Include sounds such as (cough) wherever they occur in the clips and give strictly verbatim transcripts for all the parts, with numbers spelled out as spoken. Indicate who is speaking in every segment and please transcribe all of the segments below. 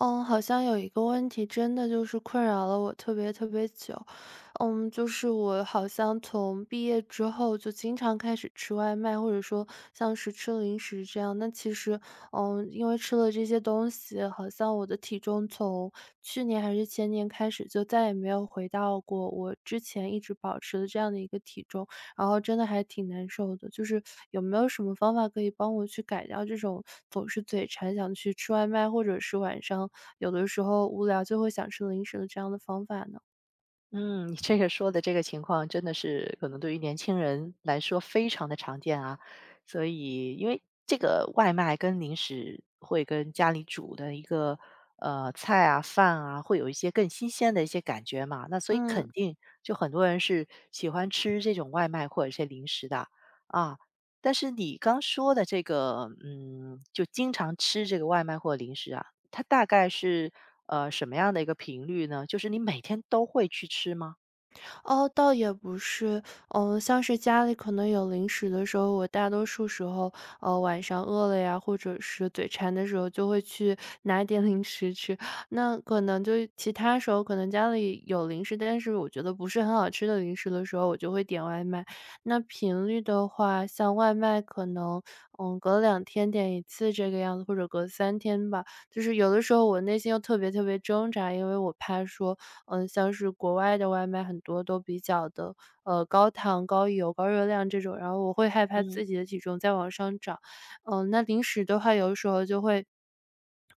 Speaker 1: 嗯，好像有一个问题真的就是困扰了我特别特别久，嗯，就是我好像从毕业之后就经常开始吃外卖，或者说像是吃零食这样。那其实，嗯，因为吃了这些东西，好像我的体重从去年还是前年开始就再也没有回到过我之前一直保持的这样的一个体重。然后真的还挺难受的。就是有没有什么方法可以帮我去改掉这种总是嘴馋想去吃外卖，或者是晚上有的时候无聊就会想吃零食的这样的方法呢？
Speaker 2: 嗯，你这个说的这个情况真的是可能对于年轻人来说非常的常见啊，所以因为这个外卖跟零食会跟家里煮的一个呃菜啊饭啊会有一些更新鲜的一些感觉嘛，那所以
Speaker 1: 嗯。
Speaker 2: 肯定就很多人是喜欢吃这种外卖或者一些零食的啊。但是你刚说的这个，嗯，就经常吃这个外卖或零食啊，它大概是，呃，什么样的一个频率呢？就是你每天都会去吃吗？
Speaker 1: 哦，倒也不是，嗯，像是家里可能有零食的时候，我大多数时候，呃，晚上饿了呀，或者是嘴馋的时候，就会去 (laughs) 拿一点零食吃。那可能就其他时候，可能家里有零食，但是我觉得不是很好吃的零食的时候，我就会点外卖。那频率的话，像外卖可能，嗯，隔两天点一次这个样子，或者隔三天吧。就是有的时候我内心又特别特别挣扎，因为我怕说，嗯，像是国外的外卖很多都比较的呃，高糖、高油、高热量这种，然后我会害怕
Speaker 2: 嗯，
Speaker 1: 自己的体重再往上涨。嗯，那零食的话，有的时候就会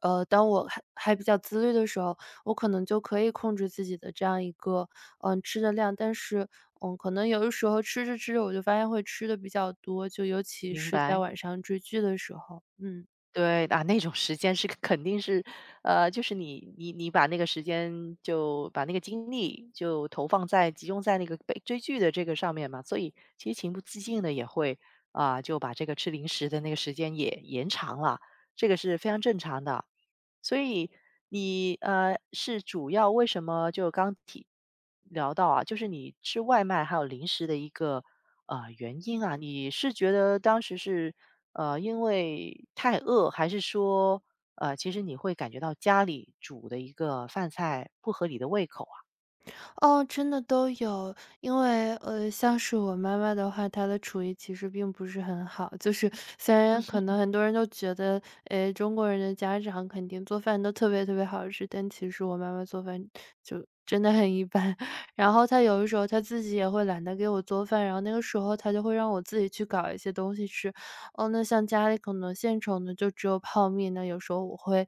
Speaker 1: 呃，当我还还比较自律的时候，我可能就可以控制自己的这样一个，嗯，吃的量。但是，嗯，可能有的时候吃着吃着，我就发现会吃的比较多，就尤其
Speaker 2: 明
Speaker 1: 是在
Speaker 2: 白。
Speaker 1: 晚上追剧的时候，嗯。
Speaker 2: 对，啊，那种时间是肯定是，呃，就是你你你把那个时间就把那个精力就投放在集中在那个被追剧的这个上面嘛，所以其实情不自禁的也会啊、就把这个吃零食的那个时间也延长了，这个是非常正常的。所以你呃是主要为什么就刚提聊到啊，就是你吃外卖还有零食的一个呃原因啊，你是觉得当时是呃，因为太饿，还是说，呃，其实你会感觉到家里煮的一个饭菜不合你的胃口啊？
Speaker 1: 哦，真的都有。因为，呃，像是我妈妈的话，她的厨艺其实并不是很好。就是虽然可能很多人都觉得，诶，中国人的家长肯定做饭都特别特别好吃，但其实我妈妈做饭就真的很一般。(laughs) 然后她有的时候她自己也会懒得给我做饭，然后那个时候她就会让我自己去搞一些东西吃。哦，那像家里可能现成的就只有泡面，那有时候我会，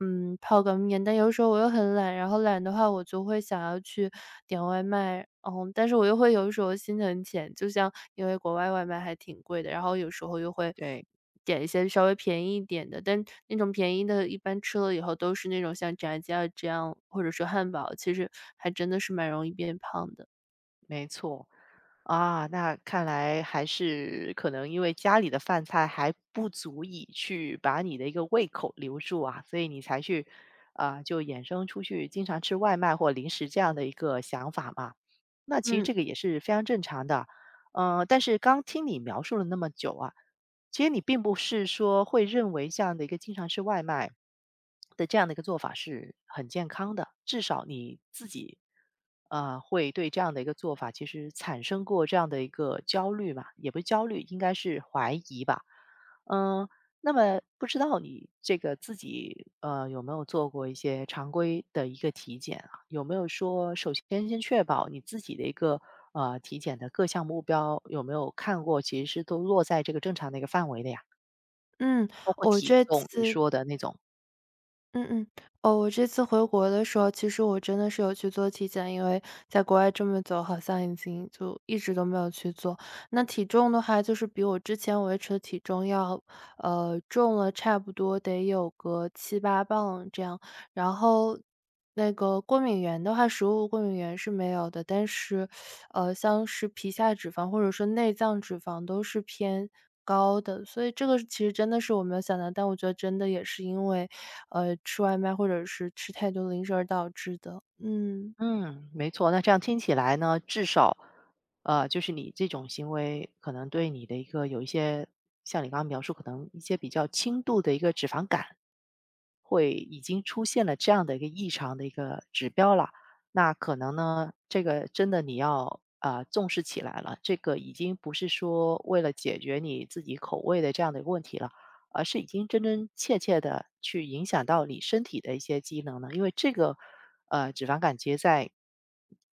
Speaker 1: 嗯，泡个面，但有时候我又很懒，然后懒的话我就会想要去点外卖，嗯，但是我又会有时候心疼钱，就像因为国外外卖还挺贵的，然后有时候又会
Speaker 2: 对，
Speaker 1: 点一些稍微便宜一点的，但那种便宜的一般吃了以后都是那种像炸鸡啊这样，或者说汉堡，其实还真的是蛮容易变胖的。
Speaker 2: 没错。啊，那看来还是可能因为家里的饭菜还不足以去把你的一个胃口留住啊，所以你才去，啊，就衍生出去经常吃外卖或零食这样的一个想法嘛。那其实
Speaker 1: 嗯
Speaker 2: 这个也是非常正常的，嗯，但是刚听你描述了那么久啊，其实你并不是说会认为这样的一个经常吃外卖的这样的一个做法是很健康的，至少你自己啊会对这样的一个做法其实产生过这样的一个焦虑嘛，也不是焦虑，应该是怀疑吧。嗯、那么不知道你这个自己呃有没有做过一些常规的一个体检啊？有没有说首先先确保你自己的一个呃体检的各项目标有没有看过，其实是都落在这个正常的一个范围的呀？
Speaker 1: 嗯，
Speaker 2: 包括
Speaker 1: 我
Speaker 2: 体
Speaker 1: 这
Speaker 2: 重，你
Speaker 1: 次
Speaker 2: 说的那种
Speaker 1: 嗯嗯，哦，我这次回国的时候，其实我真的是有去做体检，因为在国外这么久，好像已经就一直都没有去做。那体重的话，就是比我之前维持的体重要，呃，重了差不多得有个七八磅这样。然后那个过敏源的话，食物过敏源是没有的，但是呃，像是皮下脂肪或者说内脏脂肪都是偏高的。所以这个其实真的是我没有想到，但我觉得真的也是因为，呃，吃外卖或者是吃太多零食而导致的。嗯。
Speaker 2: 嗯，没错。那这样听起来呢，至少，呃，就是你这种行为可能对你的一个有一些，像你刚刚描述，可能一些比较轻度的一个脂肪肝，会已经出现了这样的一个异常的一个指标了。那可能呢，这个真的你要啊、呃重视起来了。这个已经不是说为了解决你自己口味的这样的一个问题了。而是已经真真切切的去影响到你身体的一些机能呢？因为这个，呃，脂肪肝结在，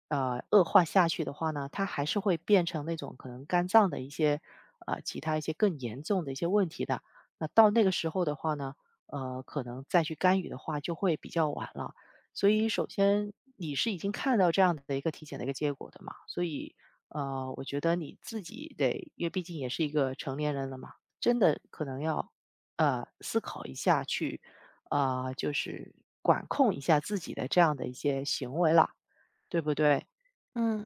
Speaker 2: 呃，恶化下去的话呢，它还是会变成那种可能肝脏的一些，呃，其他一些更严重的一些问题的。那到那个时候的话呢，呃，可能再去干预的话就会比较晚了。所以首先你是已经看到这样的一个体检的一个结果的嘛，所以，呃，我觉得你自己得因为毕竟也是一个成年人了嘛，真的可能要呃，思考一下去，呃，就是管控一下自己的这样的一些行为了，对不对？
Speaker 1: 嗯。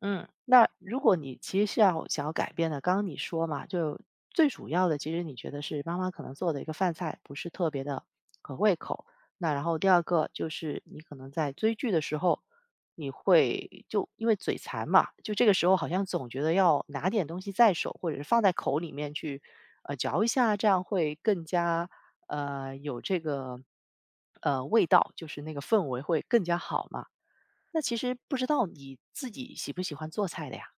Speaker 2: 嗯，那如果你其实是要想要改变的，刚刚你说嘛，就最主要的，其实你觉得是妈妈可能做的一个饭菜不是特别的合胃口。那然后第二个就是你可能在追剧的时候，你会就因为嘴馋嘛，就这个时候好像总觉得要拿点东西在手，或者是放在口里面去呃嚼一下，这样会更加呃有这个呃味道，就是那个氛围会更加好嘛。那其实不知道你自己喜不喜欢做菜的呀？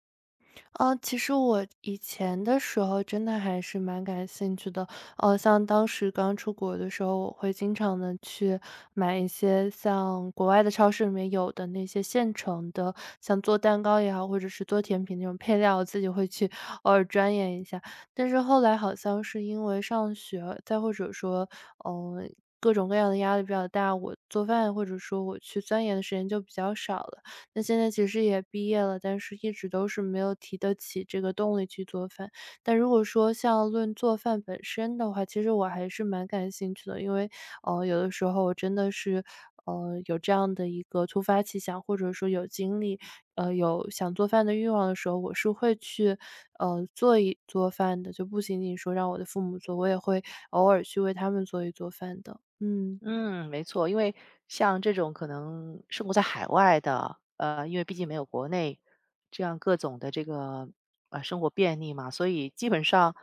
Speaker 1: 呃，其实我以前的时候真的还是蛮感兴趣的，呃，像当时刚出国的时候，我会经常的去买一些像国外的超市里面有的那些现成的，像做蛋糕也好，或者是做甜品那种配料，我自己会去偶尔钻研一下。但是后来好像是因为上学，再或者说，嗯，各种各样的压力比较大，我做饭或者说我去钻研的时间就比较少了。那现在其实也毕业了，但是一直都是没有提得起这个动力去做饭。但如果说像论做饭本身的话，其实我还是蛮感兴趣的，因为，呃，有的时候我真的是，呃，有这样的一个突发奇想，或者说有精力，呃，有想做饭的欲望的时候，我是会去，呃，做一做饭的，就不仅仅说让我的父母做，我也会偶尔去为他们做一做饭的。嗯。
Speaker 2: 嗯，没错，因为像这种可能生活在海外的，呃，因为毕竟没有国内这样各种的这个呃生活便利嘛，所以基本上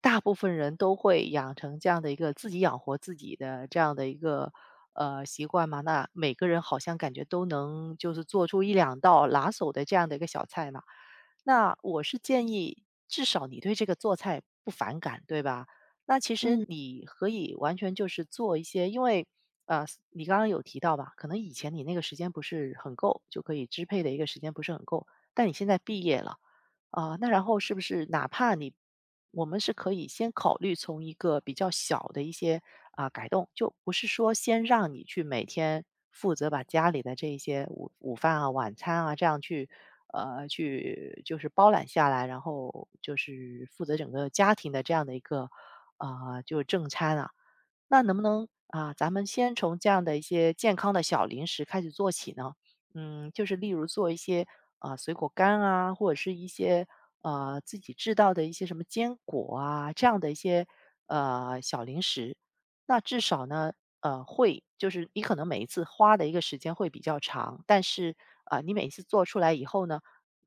Speaker 2: 大部分人都会养成这样的一个自己养活自己的这样的一个呃习惯嘛。那每个人好像感觉都能就是做出一两道拿手的这样的一个小菜嘛。那我是建议，至少你对这个做菜不反感，对吧？那其实你可以完全就是做一些，因为呃，你刚刚有提到吧，可能以前你那个时间不是很够，就可以支配的一个时间不是很够，但你现在毕业了。啊，那然后是不是哪怕你我们是可以先考虑从一个比较小的一些啊改动，就不是说先让你去每天负责把家里的这一些午午饭啊、晚餐啊这样去呃去就是包揽下来，然后就是负责整个家庭的这样的一个啊、呃、就正餐啊。那能不能啊，咱们先从这样的一些健康的小零食开始做起呢？嗯，就是例如做一些啊、水果干啊，或者是一些呃自己制造的一些什么坚果啊这样的一些呃小零食。那至少呢，呃，会就是你可能每一次花的一个时间会比较长，但是啊、呃你每一次做出来以后呢，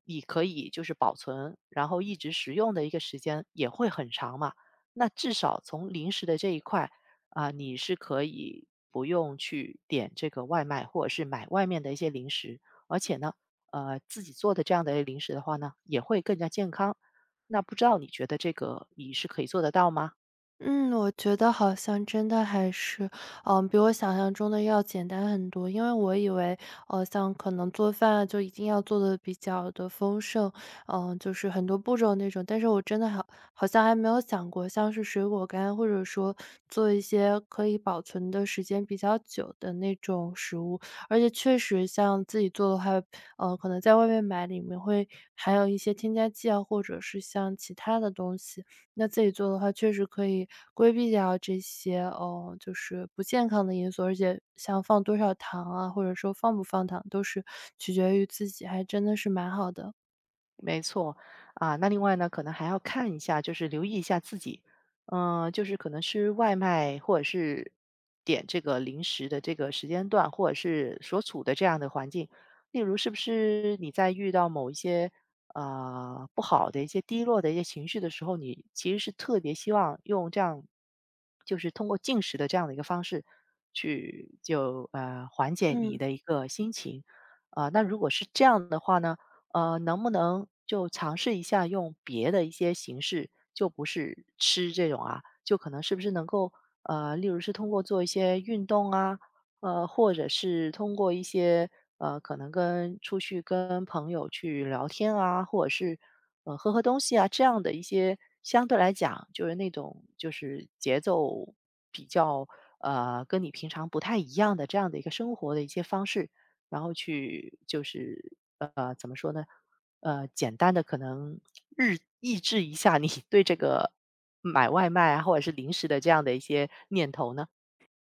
Speaker 2: 你可以就是保存，然后一直食用的一个时间也会很长嘛。那至少从零食的这一块。啊、你是可以不用去点这个外卖，或者是买外面的一些零食，而且呢，呃，自己做的这样的零食的话呢，也会更加健康。那不知道你觉得这个你是可以做得到吗？
Speaker 1: 嗯，我觉得好像真的还是，嗯，比我想象中的要简单很多。因为我以为，呃，像可能做饭啊就一定要做的比较的丰盛，嗯，就是很多步骤那种。但是我真的好好像还没有想过，像是水果干，或者说做一些可以保存的时间比较久的那种食物。而且确实像自己做的话，呃，可能在外面买里面会含有一些添加剂啊，或者是像其他的东西。那自己做的话，确实可以规避掉这些，哦，就是不健康的因素，而且像放多少糖啊，或者说放不放糖，都是取决于自己，还真的是蛮好的。
Speaker 2: 没错，啊，那另外呢，可能还要看一下，就是留意一下自己，嗯、就是可能吃外卖或者是点这个零食的这个时间段，或者是所处的这样的环境，例如是不是你在遇到某一些呃不好的一些低落的一些情绪的时候，你其实是特别希望用这样，就是通过进食的这样的一个方式去就呃缓解你
Speaker 1: 嗯。
Speaker 2: 的一个心情。啊、那如果是这样的话呢？呃，能不能就尝试一下用别的一些形式，就不是吃这种啊，就可能是不是能够呃，例如是通过做一些运动啊，呃，或者是通过一些呃，可能跟出去跟朋友去聊天啊，或者是呃喝喝东西啊，这样的一些相对来讲就是那种就是节奏比较呃跟你平常不太一样的这样的一个生活的一些方式，然后去就是呃，怎么说呢？呃，简单的可能日抑制一下你 (laughs) 对这个买外卖啊，或者是零食的这样的一些念头呢？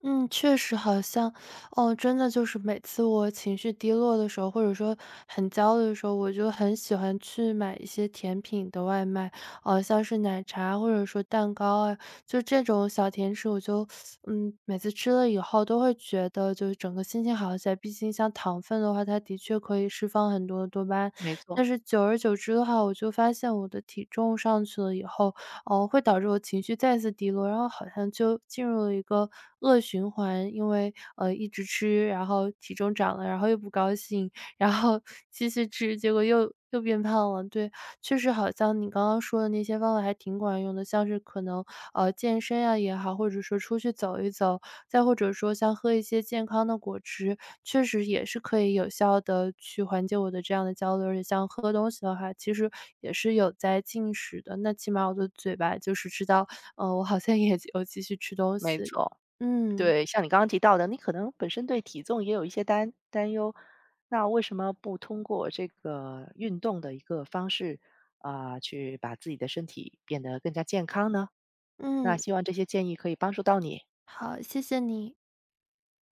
Speaker 1: 嗯，确实好像，哦，真的就是每次我情绪低落的时候，或者说很焦虑的时候，我就很喜欢去买一些甜品的外卖，哦，像是奶茶或者说蛋糕啊，就这种小甜食，我就嗯，每次吃了以后都会觉得就是整个心情好起来。毕竟像糖分的话，它的确可以释放很多的多巴胺，
Speaker 2: 没
Speaker 1: 但
Speaker 2: 错，
Speaker 1: 是久而久之的话，我就发现我的体重上去了以后，哦，会导致我情绪再次低落，然后好像就进入了一个恶循环。因为，呃，一直吃，然后体重长了，然后又不高兴，然后继续吃，结果又又变胖了。对，确实好像你刚刚说的那些方法还挺管用的，像是可能，呃，健身呀也好，或者说出去走一走，再或者说像喝一些健康的果汁，确实也是可以有效的去缓解我的这样的焦虑。而且像喝东西的话，其实也是有在进食的，那起码我的嘴巴就是知道，呃，我好像也有继续吃东
Speaker 2: 没
Speaker 1: 西。
Speaker 2: 错，
Speaker 1: 嗯，
Speaker 2: 对，像你刚刚提到的，你可能本身对体重也有一些担担忧，那为什么不通过这个运动的一个方式啊，去把自己的身体变得更加健康呢？那
Speaker 1: 嗯，
Speaker 2: 希望这些建议可以帮助到你。
Speaker 1: 好，谢谢你。